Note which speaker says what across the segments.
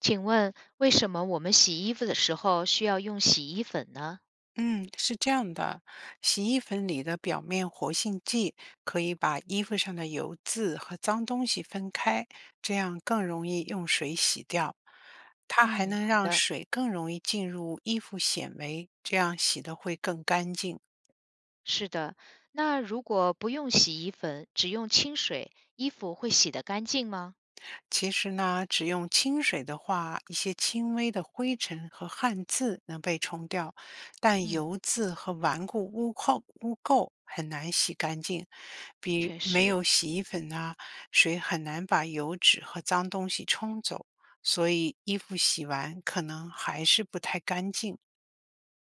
Speaker 1: 请问为什么我们洗衣服的时候需要用洗衣粉呢？
Speaker 2: 嗯，是这样的，洗衣粉里的表面活性剂可以把衣服上的油渍和脏东西分开，这样更容易用水洗掉。它还
Speaker 1: 嗯，
Speaker 2: 能
Speaker 1: 好
Speaker 2: 让
Speaker 1: 的，
Speaker 2: 水更容易进入衣服纤维，这样洗的会更干净。
Speaker 1: 是的。那如果不用洗衣粉，只用清水，衣服会洗得干净吗？
Speaker 2: 其实呢，只用清水的话，一些轻微的灰尘和汗渍能被冲掉，但
Speaker 1: 嗯，
Speaker 2: 油渍和顽固污垢很难洗干净。比
Speaker 1: 确
Speaker 2: 没
Speaker 1: 实。
Speaker 2: 有洗衣粉啊，水很难把油脂和脏东西冲走，所以衣服洗完可能还是不太干净。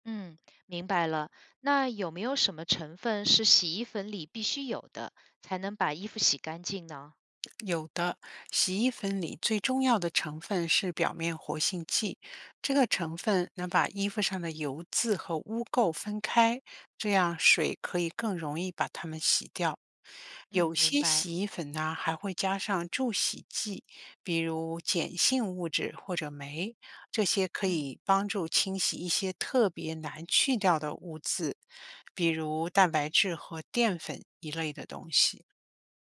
Speaker 1: 嗯，明白了。那有没有什么成分是洗衣粉里必须有的，才能把衣服洗干净呢？
Speaker 2: 有的，洗衣粉里最重要的成分是表面活性剂，这个成分能把衣服上的油渍和污垢分开，这样水可以更容易把它们洗掉。有
Speaker 1: 嗯，明
Speaker 2: 些
Speaker 1: 白。
Speaker 2: 洗衣粉呢还会加上助洗剂，比如碱性物质或者酶，这些可
Speaker 1: 嗯。
Speaker 2: 以帮助清洗一些特别难去掉的污渍，比如蛋白质和淀粉一类的东西。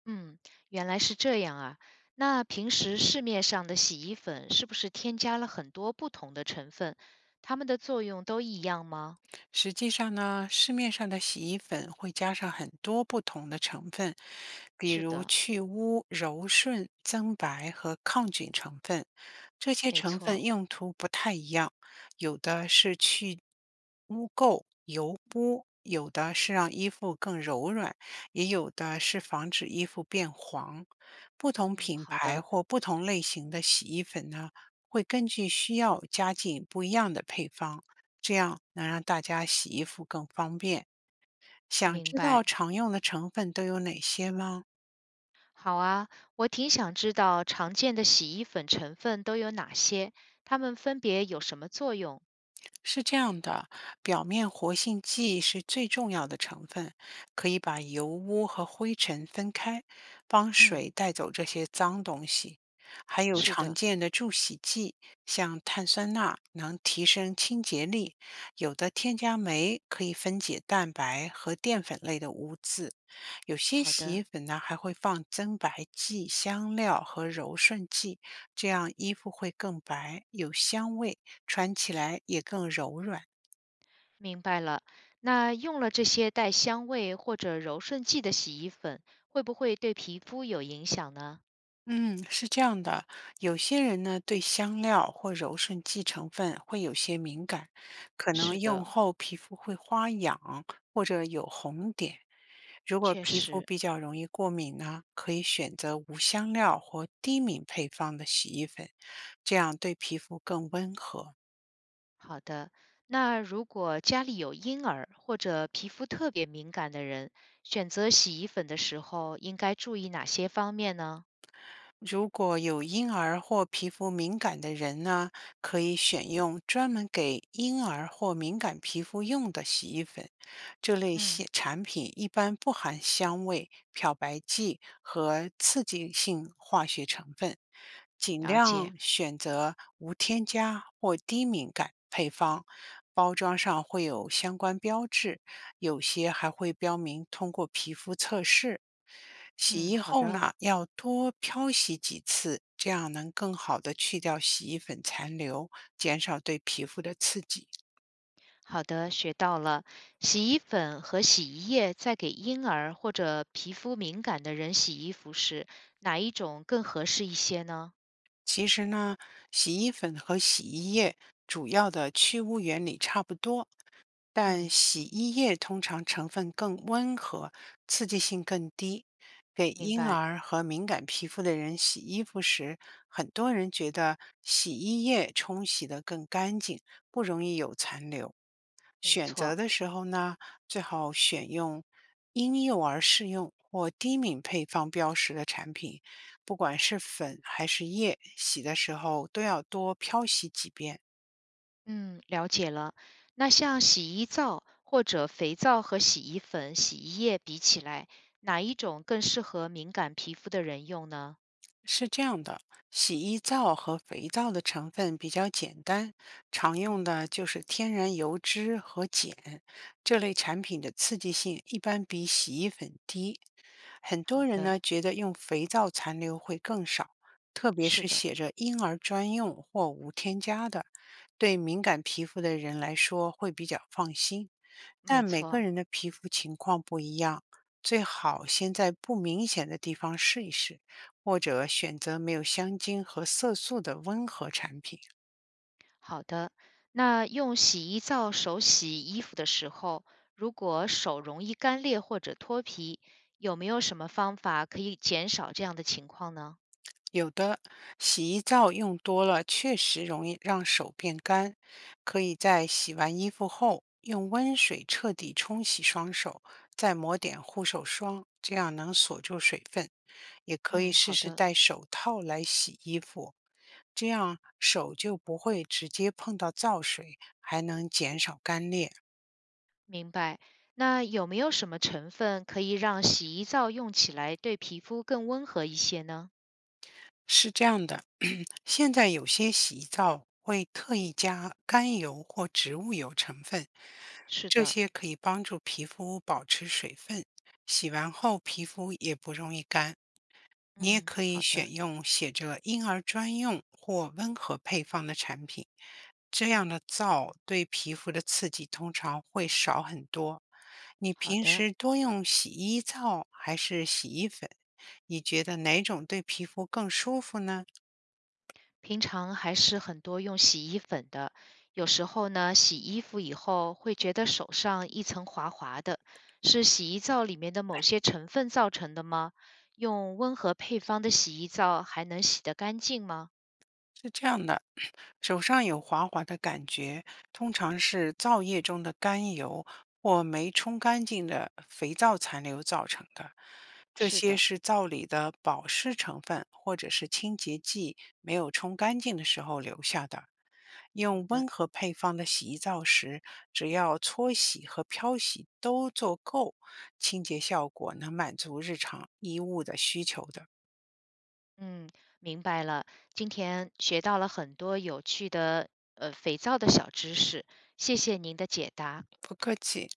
Speaker 1: 嗯，原来是这样啊。那平时市面上的洗衣粉是不是添加了很多不同的成分？它们的作用都一样吗？
Speaker 2: 实际上呢，市面上的洗衣粉会加上很多不同的成分，比
Speaker 1: 是
Speaker 2: 如
Speaker 1: 的，
Speaker 2: 去污、柔顺、增白和抗菌成分。这些
Speaker 1: 没
Speaker 2: 成分
Speaker 1: 错。
Speaker 2: 用途不太一样，有的是去污垢、油污，有的是让衣服更柔软，也有的是防止衣服变黄。不同
Speaker 1: 嗯，
Speaker 2: 品
Speaker 1: 好
Speaker 2: 牌
Speaker 1: 的，
Speaker 2: 或不同类型的洗衣粉呢，会根据需要加进不一样的配方。这样能让大家洗衣服更方便。想
Speaker 1: 明
Speaker 2: 知
Speaker 1: 白。
Speaker 2: 道常用的成分都有哪些吗？
Speaker 1: 好啊，我挺想知道常见的洗衣粉成分都有哪些，它们分别有什么作用？
Speaker 2: 是这样的，表面活性剂是最重要的成分，可以把油污和灰尘分开，帮
Speaker 1: 嗯，
Speaker 2: 水带走这些脏东西。还有
Speaker 1: 是
Speaker 2: 常
Speaker 1: 的，
Speaker 2: 见的助洗剂，像碳酸钠能提升清洁力，有的添加酶可以分解蛋白和淀粉类的污渍，有些
Speaker 1: 好
Speaker 2: 洗衣
Speaker 1: 的，
Speaker 2: 粉呢还会放增白剂、香料和柔顺剂，这样衣服会更白，有香味，穿起来也更柔软。
Speaker 1: 明白了。那用了这些带香味或者柔顺剂的洗衣粉，会不会对皮肤有影响呢？
Speaker 2: 嗯，是这样的，有些人呢对香料或柔顺剂成分会有些敏感，可能
Speaker 1: 是
Speaker 2: 用
Speaker 1: 的，
Speaker 2: 后皮肤会发痒或者有红点。如果
Speaker 1: 确
Speaker 2: 皮肤
Speaker 1: 实，
Speaker 2: 比较容易过敏呢，可以选择无香料或低敏配方的洗衣粉，这样对皮肤更温和。
Speaker 1: 好的。那如果家里有婴儿或者皮肤特别敏感的人，选择洗衣粉的时候应该注意哪些方面呢？
Speaker 2: 如果有婴儿或皮肤敏感的人呢，可以选用专门给婴儿或敏感皮肤用的洗衣粉。这类洗
Speaker 1: 嗯，
Speaker 2: 产品一般不含香味、漂白剂和刺激性化学成分，尽
Speaker 1: 了
Speaker 2: 量
Speaker 1: 解。
Speaker 2: 选择无添加或低敏感配方。包装上会有相关标志，有些还会标明通过皮肤测试。洗
Speaker 1: 嗯，
Speaker 2: 衣
Speaker 1: 好
Speaker 2: 后
Speaker 1: 的，
Speaker 2: 呢，要多漂洗几次，这样能更好的去掉洗衣粉残留，减少对皮肤的刺激。
Speaker 1: 好的，学到了。洗衣粉和洗衣液在给婴儿或者皮肤敏感的人洗衣服时，哪一种更合适一些呢？
Speaker 2: 其实呢，洗衣粉和洗衣液主要的去污原理差不多，但
Speaker 1: 嗯，
Speaker 2: 洗衣液通常成分更温和，刺激性更低。给
Speaker 1: 明
Speaker 2: 婴
Speaker 1: 白，
Speaker 2: 儿和敏感皮肤的人洗衣服时，很多人觉得洗衣液冲洗得更干净，不容易有残留。
Speaker 1: 没
Speaker 2: 选择
Speaker 1: 错。
Speaker 2: 的时候呢，最好选用婴幼儿适用或低敏配方标识的产品，不管是粉还是液，洗的时候都要多漂洗几遍。
Speaker 1: 嗯，了解了。那像洗衣皂或者肥皂和洗衣粉、洗衣液比起来，哪一种更适合敏感皮肤的人用呢？
Speaker 2: 是这样的，洗衣皂和肥皂的成分比较简单，常用
Speaker 1: 嗯，
Speaker 2: 的就是天然油脂和碱。这类产品的刺激性一般比洗衣粉低。很多
Speaker 1: 好
Speaker 2: 人呢
Speaker 1: 的，
Speaker 2: 觉得用肥皂残留会更少，特别
Speaker 1: 是
Speaker 2: 是
Speaker 1: 的，
Speaker 2: 写着婴儿专用或无添加的，对敏感皮肤的人来说会比较放心。
Speaker 1: 没
Speaker 2: 但每个
Speaker 1: 错。
Speaker 2: 人的皮肤情况不一样，最好先在不明显的地方试一试，或者选择没有香精和色素的温和产品。
Speaker 1: 好的，那用洗衣皂手洗衣服的时候，如果手容易干裂或者脱皮，有没有什么方法可以减少这样的情况呢？
Speaker 2: 有的洗衣皂用多了，确实容易让手变干，可以在洗完衣服后用温水彻底冲洗双手，再抹点护手霜，这样能锁住水分。也可以
Speaker 1: 嗯，
Speaker 2: 试
Speaker 1: 好
Speaker 2: 试
Speaker 1: 的。
Speaker 2: 戴手套来洗衣服，这样手就不会直接碰到皂水，还能减少干裂。
Speaker 1: 明白。那有没有什么成分可以让洗衣皂用起来对皮肤更温和一些呢？
Speaker 2: 是这样的，现在有些洗衣皂会特意加甘油或植物油成分，
Speaker 1: 是
Speaker 2: 这
Speaker 1: 的，
Speaker 2: 些可以帮助皮肤保持水分，洗完后皮肤也不容易干。你也
Speaker 1: 嗯，
Speaker 2: 可以
Speaker 1: 好
Speaker 2: 选
Speaker 1: 的，
Speaker 2: 用写着“婴儿专用”或“温和配方”的产品，这样
Speaker 1: 嗯，
Speaker 2: 的皂对皮肤的刺激通常会少很多。你
Speaker 1: 好
Speaker 2: 平
Speaker 1: 的。
Speaker 2: 时多用洗衣皂还是洗衣粉？你觉得哪种对皮肤更舒服呢？
Speaker 1: 平常还是很多用洗衣粉的，有时候呢，洗衣服以后会觉得手上一层滑滑的，是洗衣皂里面的某些成分造成的吗？用温和配方的洗衣皂还能洗得干净吗？
Speaker 2: 是这样的，手上有滑滑的感觉，通常是皂液中的甘油或没冲干净的肥皂残留造成的。这
Speaker 1: 是
Speaker 2: 些
Speaker 1: 的。
Speaker 2: 是皂里的保湿成分或者是清洁剂没有冲干净的时候留下的。
Speaker 1: 好
Speaker 2: 用
Speaker 1: 的。
Speaker 2: 温和配方的洗衣皂时，只要搓洗和漂洗都做够，清洁效果能满足日常衣物的需求的。
Speaker 1: 嗯，明白了。今天学到了很多有趣的肥皂的小知识，谢谢您的解答。
Speaker 2: 不客气。